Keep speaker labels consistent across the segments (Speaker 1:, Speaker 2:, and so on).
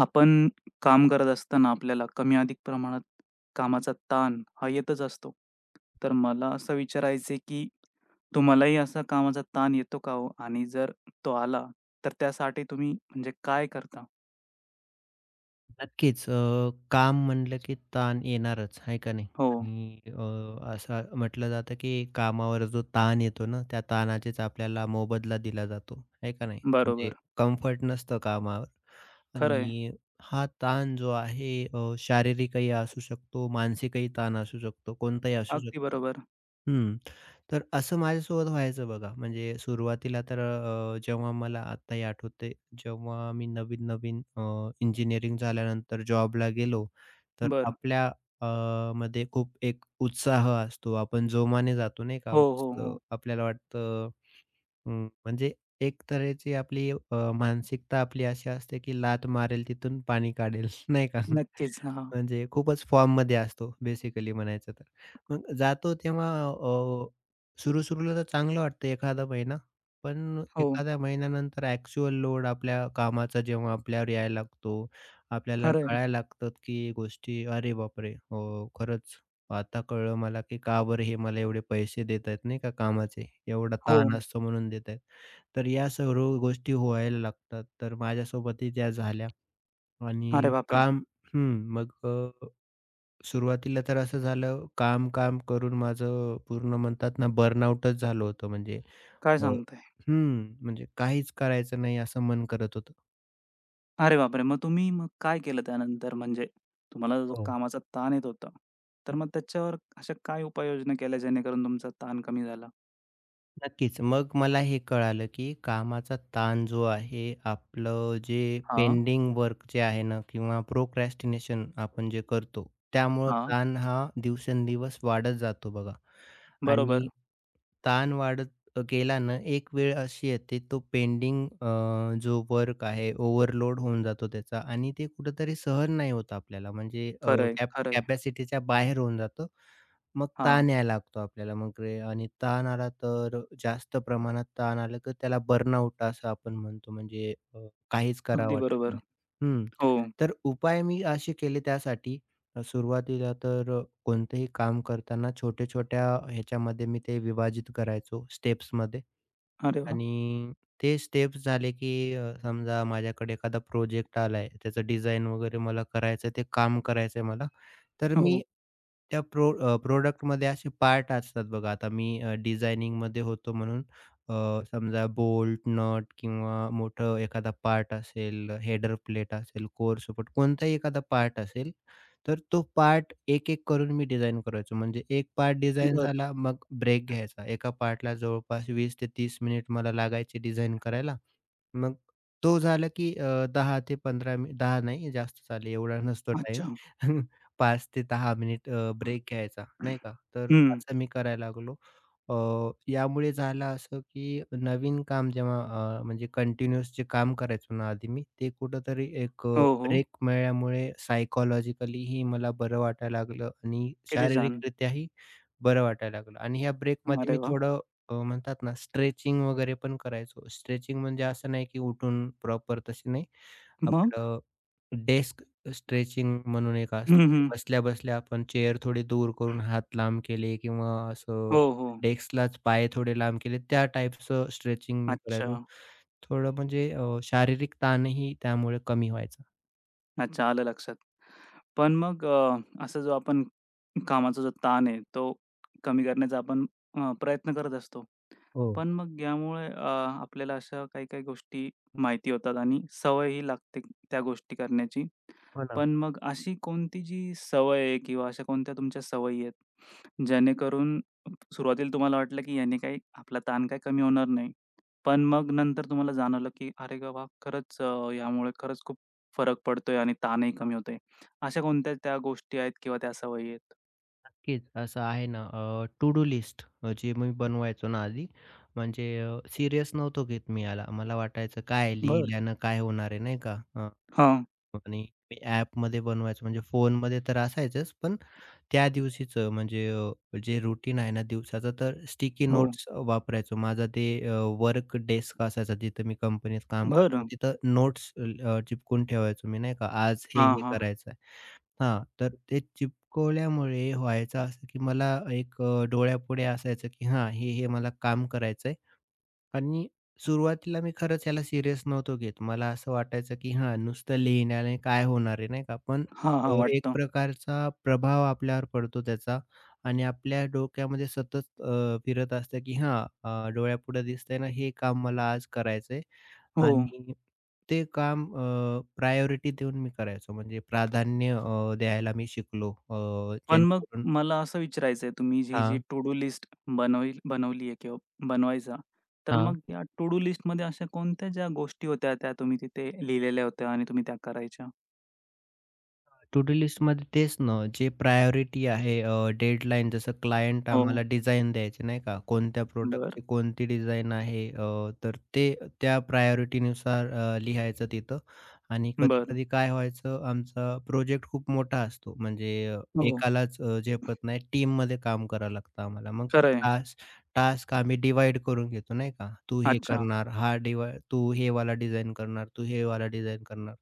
Speaker 1: आपण काम करत असताना आपल्याला कमी अधिक प्रमाणात कामाचा ताण हा येतच असतो. तर मला असं विचारायचं की तुम्हालाही असा कामाचा ताण येतो का हो? आणि जर तो आला, तर त्यासाठी तुम्ही म्हणजे काय करता?
Speaker 2: नक्कीच. काम म्हटलं की ताण येणारच, आहे का नाही?
Speaker 1: हो,
Speaker 2: आणि असं म्हटलं जातं की कामावर जो ताण येतो ना, त्या ताणाचीच आपल्याला मोबदला दिला जातो, आहे का नाही? म्हणजे
Speaker 1: बरोबर.
Speaker 2: कम्फर्ट नसतं कामावर
Speaker 1: खरं आहे.
Speaker 2: आणि हा ताण जो आहे शारीरिकही असू शकतो, मानसिकही ताण असू शकतो, कोणताही असू
Speaker 1: अगदी
Speaker 2: शकतो.
Speaker 1: बरोबर.
Speaker 2: हं. तर असं माझ्यासोबत व्हायचं बघा. म्हणजे सुरुवातीला तर जेव्हा मला आत्ताही आठवतंय, जेव्हा मी नवीन-नवीन इंजिनिअरिंग झाल्यानंतर जॉबला गेलो, तर
Speaker 1: बरं.
Speaker 2: आपल्या मध्ये खूप एक उत्साह असतो. आपण जोमाने जातो नाही का?
Speaker 1: हो, हो,
Speaker 2: मस्त
Speaker 1: हो.
Speaker 2: आपल्याला वाटतं म्हणजे एक तऱ्हेची आपली मानसिकता आपली अशी असते, की लाथ मारेल तिथून पाणी काढेल नाही का?
Speaker 1: नक्कीच. हां.
Speaker 2: म्हणजे खूपच फॉर्ममध्ये असतो बेसिकली म्हणायचं तर. मग जातो तेव्हा सुरू-सुरूला तर चांगलं वाटतं एखादा महिना. पण
Speaker 1: हो,
Speaker 2: एखाद्या महिन्यानंतर ॲक्चुअल लोड आपल्या कामाचा जेव्हा आपल्यावर यायला लागतो, आपल्याला
Speaker 1: खरं
Speaker 2: कळायला लागतात की गोष्टी अरे बापरे! खरंच आता कळलं मला की का बरं हे मला एवढे पैसे देत आहेत नाही का कामाचे. एवढा
Speaker 1: हो.
Speaker 2: ताण असतो म्हणून देत आहेत. तर या सर्व गोष्टी व्हायला लागतात. तर माझ्यासोबतही त्या झाल्या
Speaker 1: अरे
Speaker 2: आणि
Speaker 1: बापरे!
Speaker 2: काम हं, मग सुरुवातीला तर असं झालं, काम-काम करून माझं पूर्ण म्हणतात ना बर्नआउटच झालं होतं म्हणजे
Speaker 1: काय
Speaker 2: अ,
Speaker 1: सांगताय?
Speaker 2: हं, म्हणजे काहीच करायचं नाही असं मन करत होतं.
Speaker 1: अरे बापरे! मग तुम्ही मग काय केलं त्यानंतर? म्हणजे तुम्हाला जो
Speaker 2: हो.
Speaker 1: कामाचा ताण येत होता, तर मग त्याच्यावर अशा काय उपाययोजना केल्या जेणेकरून तुमचा ताण कमी झाला?
Speaker 2: नक्कीच. मग मला हे कळालं, की कामाचा ताण जो आहे, आपलं जे
Speaker 1: हां,
Speaker 2: पेंडिंग वर्क जे आहे ना किंवा प्रोक्रॅस्टिनेशन आपण जे करतो, त्यामुळं
Speaker 1: हां.
Speaker 2: ताण हा दिवसेंदिवस वाढत जातो बघा आणि
Speaker 1: बरोबर.
Speaker 2: ताण वाढत गेला ना, एक वेळ अशी येते तो पेंडिंग जो वर्क आहे ओव्हरलोड होऊन जातो त्याचा आणि ते कुठेतरी सहन नाही होत आपल्याला म्हणजे
Speaker 1: खरंय,
Speaker 2: कॅप
Speaker 1: खरंय.
Speaker 2: कॅपॅसिटीच्या बाहेर होऊन जातं मग
Speaker 1: हां,
Speaker 2: ताण यायला लागतो आपल्याला. मग रे आणि ताण आला तर जास्त प्रमाणात ताण आलं तर त्याला बर्नआउट असं आपण म्हणतो. म्हणजे काहीच करावं
Speaker 1: अगदी
Speaker 2: वाटत
Speaker 1: बरोबर.
Speaker 2: नाही. हं.
Speaker 1: हो.
Speaker 2: तर उपाय मी असे केले त्यासाठी सुरुवातीला तर कोणतंही काम करताना छोट्या-छोट्या ह्याच्यामध्ये मी ते विभाजित करायचो स्टेप्समध्ये
Speaker 1: अरे वाह!
Speaker 2: आणि ते स्टेप्स झाले की समजा माझ्याकडे एखादा प्रोजेक्ट आलाय, त्याचं डिझाइन वगैरे मला करायचं ते काम करायचं मला. तर मी
Speaker 1: हो.
Speaker 2: त्या प्रॉडक्टमध्ये असे पार्ट असतात बघा, आता मी डिझायनिंगमध्ये होतो म्हणून अ, समजा बोल्ट, नट किंवा मोठं एखादा पार्ट असेल, हेडर प्लेट असेल, कोर सपोर्ट कोणताही एखादा पार्ट असेल, तर तो पार्ट एक-एक करून मी डिझाइन करायचो. म्हणजे एक पार्ट डिझाइन
Speaker 1: बरं.
Speaker 2: झाला, मग ब्रेक घ्यायचा. एका पार्टला जवळपास 20 ते 30 मिनिट मला लागायचे डिझाइन करायला. मग तो झाला की 10 ते 15 मिनिट 10 नाही जास्त चालेल एवढा नसतो टाइम
Speaker 1: अच्छा.
Speaker 2: 5 ते 10 मिनिट ब्रेक घ्यायचा नाही का. तर
Speaker 1: हं.
Speaker 2: असं मी करायला लागलो. अ, यामुळे झालं असं की नवीन काम जेव्हा म्हणजे कंटिन्यूअस जे काम करायचो ना आधी मी, ते कुठेतरी एक
Speaker 1: हो, हो.
Speaker 2: ब्रेक मिळाल्यामुळे सायकॉलॉजिकलीही मला बरं वाटायला लागलं आणि
Speaker 1: किती छान.
Speaker 2: शारीरिकरित्याही बरं वाटायला लागलं आणि ह्या ब्रेकमध्ये
Speaker 1: अरे
Speaker 2: मी
Speaker 1: वाह!
Speaker 2: थोडं म्हणतात ना स्ट्रेचिंग वगैरे पण करायचो. स्ट्रेचिंग म्हणजे असं नाही की उठून प्रॉपर तशी नाही.
Speaker 1: मग?
Speaker 2: आपलं डेस्क स्ट्रेचिंग म्हणून एक असतं.
Speaker 1: हं, हं.
Speaker 2: बसल्या-बसल्या आपण चेअर थोडी दूर करून हात लांब केले किंवा असं
Speaker 1: हो, हो.
Speaker 2: डेस्कलाच पाय थोडे लांब केले, त्या टाईपचं स्ट्रेचिंग मी
Speaker 1: अच्छा.
Speaker 2: करायचो. थोडं म्हणजे शारीरिक ताणही त्यामुळे कमी व्हायचा.
Speaker 1: अच्छा. आलं लक्षात. पण मग असं जो आपण कामाचा जो ताण आहे तो कमी करण्याचा आपण प्रयत्न करत असतो.
Speaker 2: हो.
Speaker 1: पण मग यामुळे आपल्याला अशा काही-काही गोष्टी माहिती होतात आणि सवयही लागते त्या गोष्टी करण्याची.
Speaker 2: हो ना.
Speaker 1: पण मग अशी कोणती जी सवय आहे किंवा अशा कोणत्या तुमच्या सवयी आहेत, जेणेकरून सुरुवातीला तुम्हाला वाटलं की याने काही आपला ताण काही कमी होणार नाही. पण मग नंतर तुम्हाला जाणवलं की "अरे बाबा, खरंच यामुळे खरंच खूप फरक पडतोय आणि ताणही कमी होतोय." अशा कोणत्या त्या गोष्टी आहेत किंवा त्या सवयी आहेत?
Speaker 2: नक्कीच. असं आहे ना टू डू लिस्ट जी मी बनवायचो ना आधी, म्हणजे नव्हतो घेत मी याला. मला वाटायचं काय
Speaker 1: बरं.
Speaker 2: लिहिल्यानं काय होणार आहे नाही का?
Speaker 1: हां.
Speaker 2: आणि मी ॲपमध्ये बनवायचो म्हणजे फोनमध्ये तर असायचंच, पण त्या दिवशीचं म्हणजे जे रुटीन आहे ना दिवसाचं, तर स्टिकी
Speaker 1: हो.
Speaker 2: नोट्स वापरायचो. माझा ते वर्क डेस्क असायचा जिथं मी कंपनीत काम करायचो.
Speaker 1: बरं.
Speaker 2: तिथं नोट्स चिपकून ठेवायचो मी नाही का? आज हे,
Speaker 1: हां,
Speaker 2: हे
Speaker 1: हां.
Speaker 2: करायचं. हां, तर ते चिपकवल्यामुळे व्हायचं असं, की मला एक डोळ्यापुढे असायचं, की हां, हे, हे मला काम करायचंय. आणि सुरुवातीला मी खरंच याला सीरियस नव्हतो घेत. मला असं वाटायचं, की हां, नुसतं लिहिण्याने काय होणार आहे, नाही का? पण
Speaker 1: हां, हां.
Speaker 2: एक
Speaker 1: वाटतं.
Speaker 2: प्रकारचा प्रभाव आपल्यावर पडतो त्याचा आणि आपल्या डोक्यामध्ये सतत फिरत असतं, की हां, डोळ्यापुढे दिसतंय ना, हे काम मला आज करायचंय
Speaker 1: हो.
Speaker 2: आणि ते काम प्रायोरिटी देऊन मी करायचो. म्हणजे प्राधान्य द्यायला मी शिकलो.
Speaker 1: पण मग
Speaker 2: जेणेकरून
Speaker 1: मला असं विचारायचं आहे, तुम्ही जी
Speaker 2: हां,
Speaker 1: टू डू लिस्ट बनवली बनवली आहे किंवा बनवायचा, तर
Speaker 2: हां.
Speaker 1: मग या टू डू लिस्टमध्ये अशा कोणत्या ज्या गोष्टी होत्या, त्या तुम्ही तिथे लिहिलेल्या होत्या आणि तुम्ही त्या करायच्या?
Speaker 2: टू डू लिस्टमध्ये तेच ना, जे प्रायोरिटी आहे डेडलाईन जसं क्लायंट
Speaker 1: हो.
Speaker 2: आम्हाला डिझाइन द्यायचे नाही का? कोणत्या
Speaker 1: बरं,
Speaker 2: प्रॉडक्टची कोणती डिझाइन आहे तर ते त्या प्रायोरिटीनुसार लिहायचं तिथं आणि
Speaker 1: बरं.
Speaker 2: कधी-कधी काय व्हायचं आमचा प्रोजेक्ट खूप मोठा असतो म्हणजे
Speaker 1: हो.
Speaker 2: एकालाच झेपत नाही. टीममध्ये काम करावं लागतं आम्हाला. मग
Speaker 1: खरं आहे.
Speaker 2: टास्क टास्क आम्ही डिव्हाईड करून घेतो नाही का? तू हे
Speaker 1: अच्छा,
Speaker 2: करणार, हा डिव्हा तू हे वाला डिझाइन करणार, तू हे वाला डिझाइन करणार.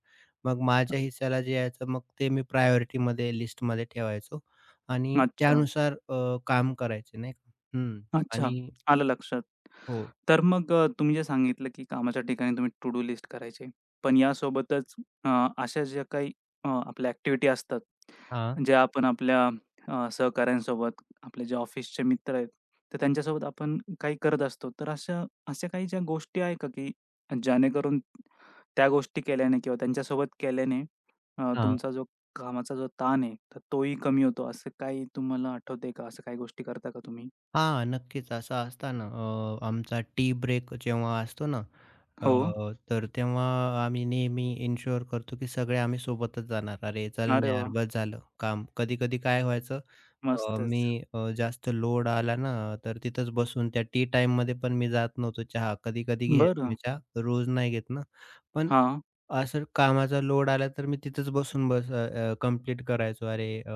Speaker 2: मग माझ्या हिस्स्याला जे यायचं मग ते मी प्रायोरिटीमध्ये लिस्टमध्ये ठेवायचो आणि
Speaker 1: अच्छा.
Speaker 2: त्यानुसार काम करायचे नाही का. हं.
Speaker 1: अच्छा.
Speaker 2: आणि
Speaker 1: आलं लक्षात.
Speaker 2: हो.
Speaker 1: तर मग तुम्ही जे सांगितलं, की कामाच्या ठिकाणी तुम्ही टू डू लिस्ट करायची. पण यासोबतच अ, अशा ज्या काही आपल्या ॲक्टिव्हिटी असतात,
Speaker 2: हां,
Speaker 1: ज्या आपण आपल्या सहकाऱ्यांसोबत, आपले जे ऑफिसचे मित्र आहेत, तर त्यांच्यासोबत आपण काही करत असतो. तर अशा अशा काही ज्या गोष्टी आहे का, की जेणेकरून त्या गोष्टी केल्याने किंवा त्यांच्यासोबत केल्याने
Speaker 2: हां.
Speaker 1: तुमचा जो कामाचा जो ताण आहे, तर तोही कमी होतो, असं काही तुम्हाला आठवतंय का? असं काही गोष्टी करता का तुम्ही?
Speaker 2: हां, नक्कीच असं असतं ना आमचा टी ब्रेक जेव्हा असतो ना, अ,
Speaker 1: हो.
Speaker 2: तर तेव्हा आम्ही नेहमी इन्शुअर करतो की सगळे आम्ही सोबतच जाणार. अरे, चल
Speaker 1: अरे
Speaker 2: ना यार
Speaker 1: वाह!
Speaker 2: बस झालं काम. कधी-कधी काय व्हायचं अ, मी
Speaker 1: मस्तच.
Speaker 2: अ, जास्त लोड आला ना, तर तिथंच बसून त्या टी टाईममध्ये पण मी जात नव्हतो चहा. कधी-कधी घ्यायचो मी
Speaker 1: बरं.
Speaker 2: चहा, रोज नाही घेत ना. पण
Speaker 1: हां,
Speaker 2: असं कामाचा लोड आला तर मी तिथंच बसून कंप्लीट करायचो.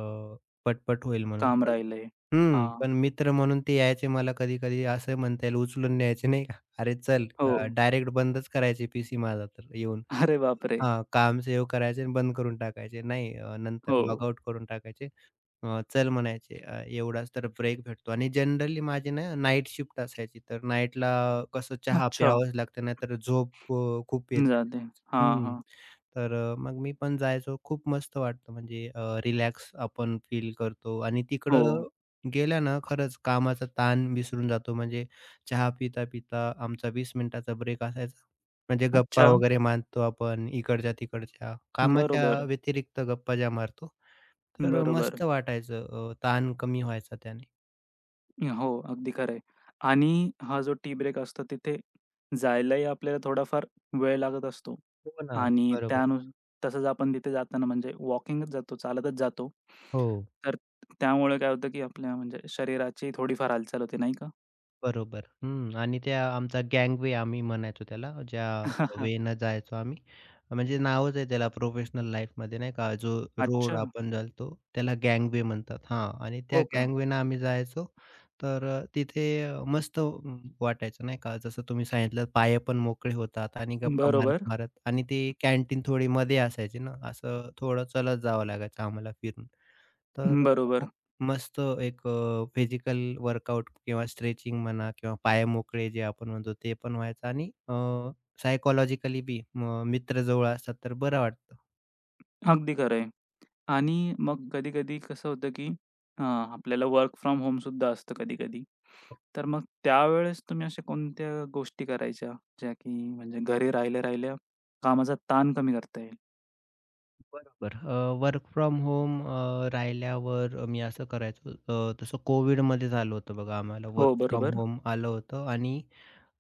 Speaker 2: पटपट होईल म्हणून.
Speaker 1: काम
Speaker 2: पण
Speaker 1: राहिलंय.
Speaker 2: हं,
Speaker 1: हां.
Speaker 2: पण मित्र म्हणून ते यायचे मला कधी-कधी असं म्हणता येईल उचलून न्यायचे नाही का. "अरे चल"
Speaker 1: हो.
Speaker 2: डायरेक्ट बंदच करायचे पीसी माझा तर येऊन.
Speaker 1: अरे बापरे!
Speaker 2: हां, काम सेव्ह करायचे आणि बंद करून टाकायचे. नंतर
Speaker 1: हो.
Speaker 2: लॉगआउट करून टाकायचे. चल म्हणायचे एवढाच तर ब्रेक भेटतो आणि जनरली माझी ना नाईट शिफ्ट असायची, तर नाईटला कसं चहा
Speaker 1: अच्छा.
Speaker 2: प्यावंच लागतं, नाहीतर झोप खूप येते.
Speaker 1: जाते. हां,
Speaker 2: हं,
Speaker 1: हां.
Speaker 2: तर मग मी पण जायचो. खूप मस्त वाटतं म्हणजे रिलॅक्स आपण फील करतो आणि
Speaker 1: हो.
Speaker 2: तिकडं गेलं ना खरंच कामाचा ताण विसरून जातो. म्हणजे चहा पिता-पिता आमचा 20 मिनिटाचा ब्रेक असायचा. म्हणजे गप्पा
Speaker 1: अच्छा.
Speaker 2: वगैरे मारतो आपण इकडच्या-तिकडच्या. कामाच्या
Speaker 1: बरोबर,
Speaker 2: व्यतिरिक्त गप्पा ज्या मारतो तर
Speaker 1: बरोबर.
Speaker 2: मस्त वाटायचं ताण कमी व्हायचा त्याने.
Speaker 1: हो, अगदी खरं आहे. आणि हा जो टी ब्रेक असतो तिथे जायलाही आपल्याला थोडाफार वेळ लागत असतो
Speaker 2: हो ना.
Speaker 1: आणि
Speaker 2: बरोबर.
Speaker 1: त्यानु तसंच आपण तिथे जाताना म्हणजे वॉकिंगच जातो, चालतच जातो.
Speaker 2: हो.
Speaker 1: तर त्यामुळे काय होतं, की आपल्या म्हणजे शरीराची थोडीफार हालचाल होते, नाही का?
Speaker 2: बरोबर. हं. आणि त्या आमचा गँगवे आम्ही म्हणायचो त्याला, ज्या वेनं जायचो आम्ही. म्हणजे नावच आहे त्याला प्रोफेशनल लाईफमध्ये नाही का, जो रोड
Speaker 1: अच्छा.
Speaker 2: आपण चालतो त्याला गँगवे म्हणतात. हां. आणि त्या
Speaker 1: हो का?
Speaker 2: गँगवेनं आम्ही जायचो. तर तिथे मस्त वाटायचं नाही का. जसं तुम्ही सांगितलं पाय पण मोकळे होतात आणि गप्पा
Speaker 1: बरोबर,
Speaker 2: मारत-मारत आणि ती कॅन्टीन थोडी मध्ये असायची ना, असं थोडं चलत जावं लागायचं आम्हाला फिरून. तर अ,
Speaker 1: बरोबर.
Speaker 2: मस्त एक फिजिकल वर्कआउट किंवा स्ट्रेचिंग म्हणा किंवा पाय मोकळे जे आपण म्हणतो ते पण व्हायचं आणि अ, बी म मित्र जवळ असतात तर बरं वाटतं.
Speaker 1: अगदी खरं आहे. आणि मग हं. कधी-कधी कसं होतं, की आपल्याला वर्क फ्रॉम होम सुद्धा असतं कधी-कधी. तर मग त्यावेळेस तुम्ही अशा कोणत्या गोष्टी करायच्या, ज्या की म्हणजे घरी राहिल्या-राहिल्या कामाचा ताण कमी करता येईल?
Speaker 2: बरोबर. वर्क फ्रॉम होम राहिल्यावर मी असं करायचो तसं कोविडमध्ये झालं होतं बघा आम्हाला वर्क
Speaker 1: हो,
Speaker 2: फ्रॉम
Speaker 1: बरोबर.
Speaker 2: होम आलं होतं आणि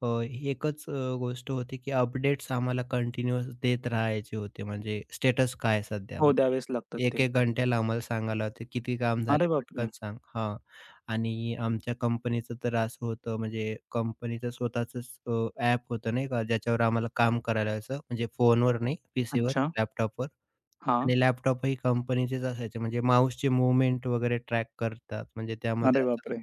Speaker 2: एकच गोष्ट होती, की अपडेट्स आम्हाला कंटिन्यूअस देत राहायचे होते. म्हणजे स्टेटस काय आहे सध्या
Speaker 1: हो,
Speaker 2: म्हणजे
Speaker 1: द्यावेच लागतात ते.
Speaker 2: 1-1 घंट्याला आम्हाला सांगायला होते, किती काम
Speaker 1: अरे
Speaker 2: झाले पटकन
Speaker 1: बापरे!
Speaker 2: सांग. हां. आणि आमच्या कंपनीचं तर असं होतं म्हणजे कंपनीचं स्वतःचंच ॲप होतं नाही का, ज्याच्यावर आम्हाला काम करायला लागायचं. म्हणजे फोनवर नाही, पीसीवर,
Speaker 1: अच्छा.
Speaker 2: लॅपटॉपवर
Speaker 1: हां.
Speaker 2: आणि लॅपटॉपही कंपनीचेच असायचे. म्हणजे माऊसचे मूव्हमेंट वगैरे ट्रॅक करतात. म्हणजे त्यामध्ये
Speaker 1: अरे
Speaker 2: असं
Speaker 1: बापरे!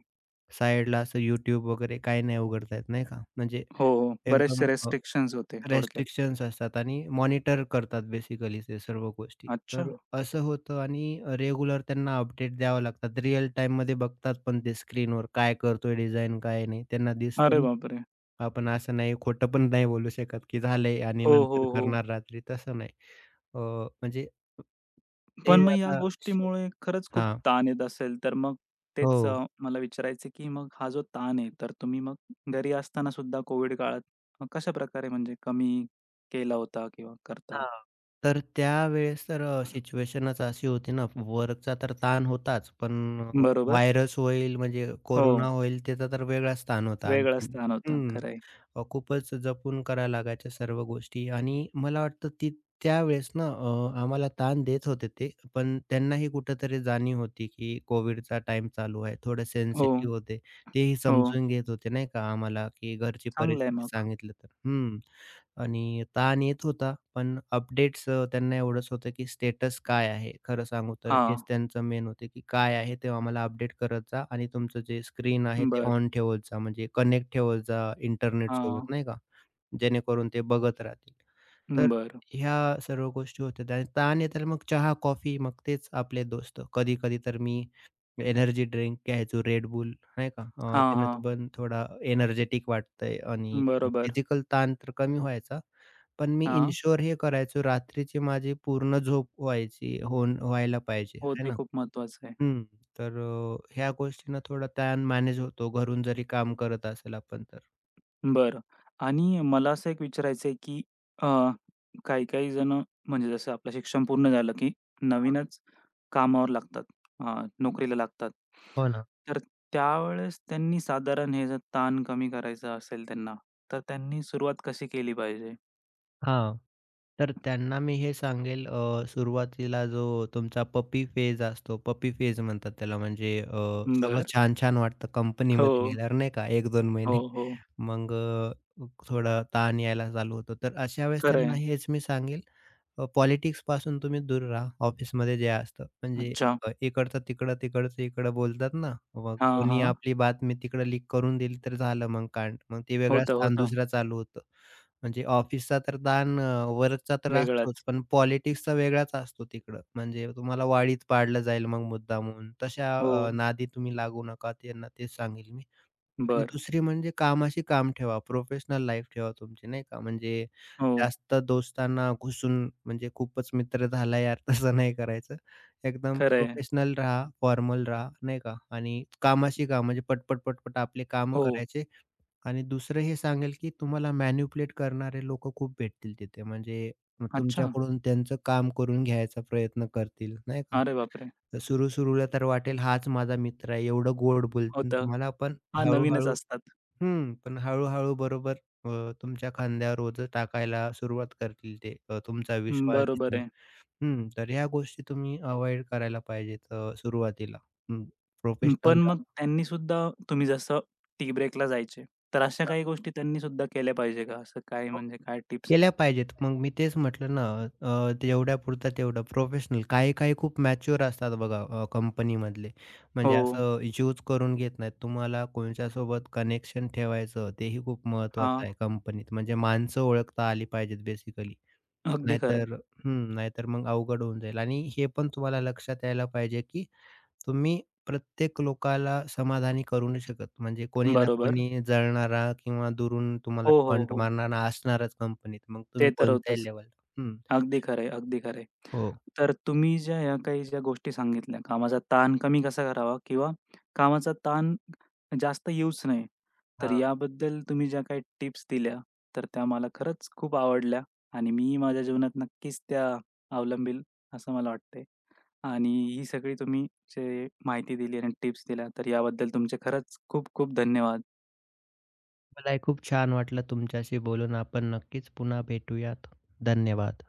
Speaker 2: साइडला असं YouTube वगैरे काही नाही उघडता येत, नाही का? म्हणजे
Speaker 1: हो, हो. बरेचसे
Speaker 2: एकदम
Speaker 1: रिस्ट्रिक्शन्स होते थोडक्यात.
Speaker 2: रिस्ट्रिक्शन्स असतात आणि मॉनिटर करतात बेसिकली ते सर्व गोष्टी.
Speaker 1: अच्छा.
Speaker 2: तर असं होतं आणि रेग्युलर त्यांना अपडेट द्यावं लागतात. रिअल टाईममध्ये बघतात पण ते स्क्रीनवर काय करतोय डिझाइन, काय नाही. त्यांना दिसतं
Speaker 1: अरे
Speaker 2: ना,
Speaker 1: बापरे!
Speaker 2: आपण असं नाही खोटं पण नाही बोलू शकत, की झालंय आणि
Speaker 1: हो, हो,
Speaker 2: नंतर
Speaker 1: हो.
Speaker 2: करणार रात्री, तसं नाही. म्हणजे ते
Speaker 1: पण मग या
Speaker 2: आता शेवटी
Speaker 1: गोष्टीमुळे खरंच खूप
Speaker 2: हां.
Speaker 1: ताण येत असेल, तर मग तेच
Speaker 2: हो.
Speaker 1: मला विचारायचं की मग हा जो ताण आहे, तर तुम्ही मग घरी असताना सुद्धा कोविड काळात मग कशाप्रकारे म्हणजे कमी केला होता किंवा करता?
Speaker 2: हां. तर त्यावेळेस तर सिच्युएशनच अशी होती ना, वर्कचा तर ताण होताच, पण
Speaker 1: बरोबर.
Speaker 2: व्हायरस होईल म्हणजे
Speaker 1: हो,
Speaker 2: कोरोना होईल त्याचा तर वेगळाच ताण होता
Speaker 1: वेगळाच
Speaker 2: आणखीन.
Speaker 1: ताण होता.
Speaker 2: हं.
Speaker 1: खरं
Speaker 2: खूपच जपून करायला लागायच्या सर्व गोष्टी आणि मला वाटतं ती त्यावेळेस ना आम्हाला ताण देत होते ते, पण त्यांनाही कुठेतरी जाणीव होती, की कोव्हिडचा टाईम चालू आहे. थोडं
Speaker 1: हो,
Speaker 2: सेन्सिटिव्ह होते. तेही
Speaker 1: हो.
Speaker 2: समजून घेत होते नाही का आम्हाला, की घरची
Speaker 1: चांगलं आहे
Speaker 2: परिस्थिती
Speaker 1: मग.
Speaker 2: सांगितलं तर. हं. आणि ताण येत होता, पण अपडेट्स त्यांना एवढंच होतं, की स्टेटस काय आहे? खरं सांगू तर हेच
Speaker 1: हां.
Speaker 2: त्यांचं मेन होते, की काय आहे ते आम्हाला अपडेट करत जा आणि तुमचं जे स्क्रीन आहे ते
Speaker 1: बरं.
Speaker 2: ऑन ठेवत जा, म्हणजे कनेक्ट ठेवत जा
Speaker 1: हां.
Speaker 2: इंटरनेटसोबत नाही का? जेणेकरून ते बघत राहतील. तर
Speaker 1: बरं.
Speaker 2: ह्या सर्व गोष्टी होत्या आणि ताण येताना मग चहा, कॉफी मग तेच आपले दोस्त. कधी-कधी तर मी एनर्जी ड्रिंक घ्यायचो Red Bull नाही का?
Speaker 1: हां,
Speaker 2: त्यानं तर
Speaker 1: हां.
Speaker 2: पण थोडा एनर्जेटिक वाटतंय आणि
Speaker 1: बरोबर.
Speaker 2: फिजिकल ताण तर कमी व्हायचा. पण मी
Speaker 1: हां.
Speaker 2: इन्शुअर हे करायचो रात्रीची माझी पूर्ण झोप व्हायची होऊन व्हायला पाहिजे
Speaker 1: हो,
Speaker 2: आहे
Speaker 1: ते
Speaker 2: ना?
Speaker 1: खूप महत्वाचं आहे.
Speaker 2: हं. तर ह्या गोष्टीनं थोडा ताण मॅनेज होतो घरून जरी काम करत असेल आपण तर.
Speaker 1: बरं. आणि मला असं एक विचारायचं आहे, की अ, काही-काही जणं म्हणजे जसं आपलं शिक्षण पूर्ण झालं, की नवीनच कामावर लागतात, अ, नोकरीला लागतात.
Speaker 2: हो ना.
Speaker 1: तर त्यावेळेस त्यांनी साधारण हे जर ताण कमी करायचा असेल त्यांना, तर त्यांनी सुरुवात कशी केली पाहिजे?
Speaker 2: हां. तर त्यांना मी हे सांगेल सुरुवातीला जो तुमचा पपी फेज असतो, पपी फेज म्हणतात त्याला म्हणजे सगळं
Speaker 1: बरं.
Speaker 2: छान-छान वाटतं
Speaker 1: हो,
Speaker 2: कंपनीमध्ये गेल्यावर नाही का एक 2
Speaker 1: हो,
Speaker 2: महिने.
Speaker 1: हो.
Speaker 2: मग थोडा ताण यायला चालू होतो. तर अशा वेळेस त्यांना
Speaker 1: खरं
Speaker 2: हेच मी सांगेल पॉलिटिक्सपासून तुम्ही दूर राहा. ऑफिसमध्ये जे असतं म्हणजे
Speaker 1: अच्छा.
Speaker 2: इकडचं तिकडं, तिकडचं इकडं बोलतात ना, मग
Speaker 1: हां,
Speaker 2: कोणी
Speaker 1: हां.
Speaker 2: आपली बातमी तिकडं लीक करून दिली तर झालं मग कांड. मग ते वेगळा
Speaker 1: होतं,
Speaker 2: स्थान
Speaker 1: होतं.
Speaker 2: दुसरा चालू होतं. म्हणजे ऑफिसचा तर ताण वरचा तर असतोच,
Speaker 1: वेगळाच.
Speaker 2: पण पॉलिटिक्सचा वेगळाच असतो तिकडं. म्हणजे तुम्हाला वाडीत पाडलं जाईल मग मुद्दामून. तशा
Speaker 1: हो.
Speaker 2: नादी तुम्ही लागू नका. त्यांना तेच सांगेल मी. आणि
Speaker 1: बरं.
Speaker 2: दुसरी म्हणजे कामाशी काम ठेवा, प्रोफेशनल लाईफ ठेवा तुमची नाही का. म्हणजे
Speaker 1: हो.
Speaker 2: जास्त दोस्तांना घुसून म्हणजे खूपच मित्र झाला यार तसं नाही करायचं. एकदम
Speaker 1: खरं
Speaker 2: प्रोफेशनल राहा, फॉर्मल राहा नाही का आणि कामाशी काम म्हणजे पटपट, पटपट आपले कामं
Speaker 1: हो.
Speaker 2: करायचे आणि दुसरं हे सांगेल, की तुम्हाला मॅनिप्युलेट करणारे लोकं खूप भेटतील तिथे. म्हणजे
Speaker 1: अच्छा.
Speaker 2: तुमच्याकडून त्यांचं काम करून घ्यायचा प्रयत्न करतील नाही का.
Speaker 1: अरे बापरे!
Speaker 2: सुरू-सुरूला तर वाटेल हाच माझा मित्र आहे, एवढं गोड बोलतील
Speaker 1: होतं.
Speaker 2: तुम्हाला, पण
Speaker 1: हां,
Speaker 2: हळू
Speaker 1: नवीनच असतात.
Speaker 2: हं, पण हळू-हळू बरोबर अ, तुमच्या खांद्यावर ओझं टाकायला सुरुवात करतील ते तुमचा
Speaker 1: हं,
Speaker 2: विश्वास
Speaker 1: बरोबर
Speaker 2: जिंकून.
Speaker 1: आहे.
Speaker 2: हं, तर ह्या गोष्टी तुम्ही अव्हॉइड करायला पाहिजेत सुरुवातीला. हं,
Speaker 1: हं,
Speaker 2: प्रोफेशनल
Speaker 1: पण मग त्यांनी सुद्धा तुम्ही जसं टी ब्रेकला जायचे, तर अशा काही गोष्टी त्यांनी सुद्धा केल्या पाहिजे का? असं काय म्हणजे काय टिप्स?
Speaker 2: केल्या पाहिजेत. मग मी तेच म्हटलं ना तेवढ्यापुरता तेवढं प्रोफेशनल. काही-काही खूप मॅच्युअर असतात बघा कंपनीमधले.
Speaker 1: हो.
Speaker 2: म्हणजे असं यूज करून घेत नाहीत. तुम्हाला कोणाच्यासोबत कनेक्शन ठेवायचं तेही खूप महत्त्वाचं
Speaker 1: हां,
Speaker 2: आहे कंपनीत. म्हणजे माणसं ओळखता आली पाहिजेत बेसिकली.
Speaker 1: अगदी खरं आहे.
Speaker 2: नाहीतर हं, नाहीतर मग अवघड होऊन जाईल आणि हे पण तुम्हाला लक्षात यायला पाहिजे, की तुम्ही प्रत्येक लोकाला समाधानी करू नाही शकत. म्हणजे कोणी ना
Speaker 1: बरोबर.
Speaker 2: कोणी जळणारा किंवा दुरून तुम्हाला
Speaker 1: हो, हो,
Speaker 2: टॉन्ट
Speaker 1: हो.
Speaker 2: मारणारा असणारच कंपनीत. मग तुम्ही
Speaker 1: ते तर
Speaker 2: कोणत्याही
Speaker 1: होतंच.
Speaker 2: लेव्हलला हं,
Speaker 1: अगदी खरं आहे, अगदी खरं आहे.
Speaker 2: हो.
Speaker 1: तर तुम्ही ज्या या काही ज्या गोष्टी सांगितल्या, कामाचा ताण कमी कसा करावा किंवा कामाचा ताण जास्त येऊच नये. तर
Speaker 2: हां,
Speaker 1: याबद्दल तुम्ही ज्या काही टिप्स दिल्या, तर त्या मला खरंच खूप आवडल्या आणि मी माझ्या जीवनात नक्कीच त्या अवलंबील असं मला वाटतंय. आणि ही सगळी तुम्ही जे माहिती दिली आणि टिप्स दिल्या, तर याबद्दल तुमचे खरंच खूप खूप धन्यवाद.
Speaker 2: मलाही खूप छान वाटलं तुमच्याशी बोलून. आपण नक्कीच पुन्हा भेटूयात. धन्यवाद.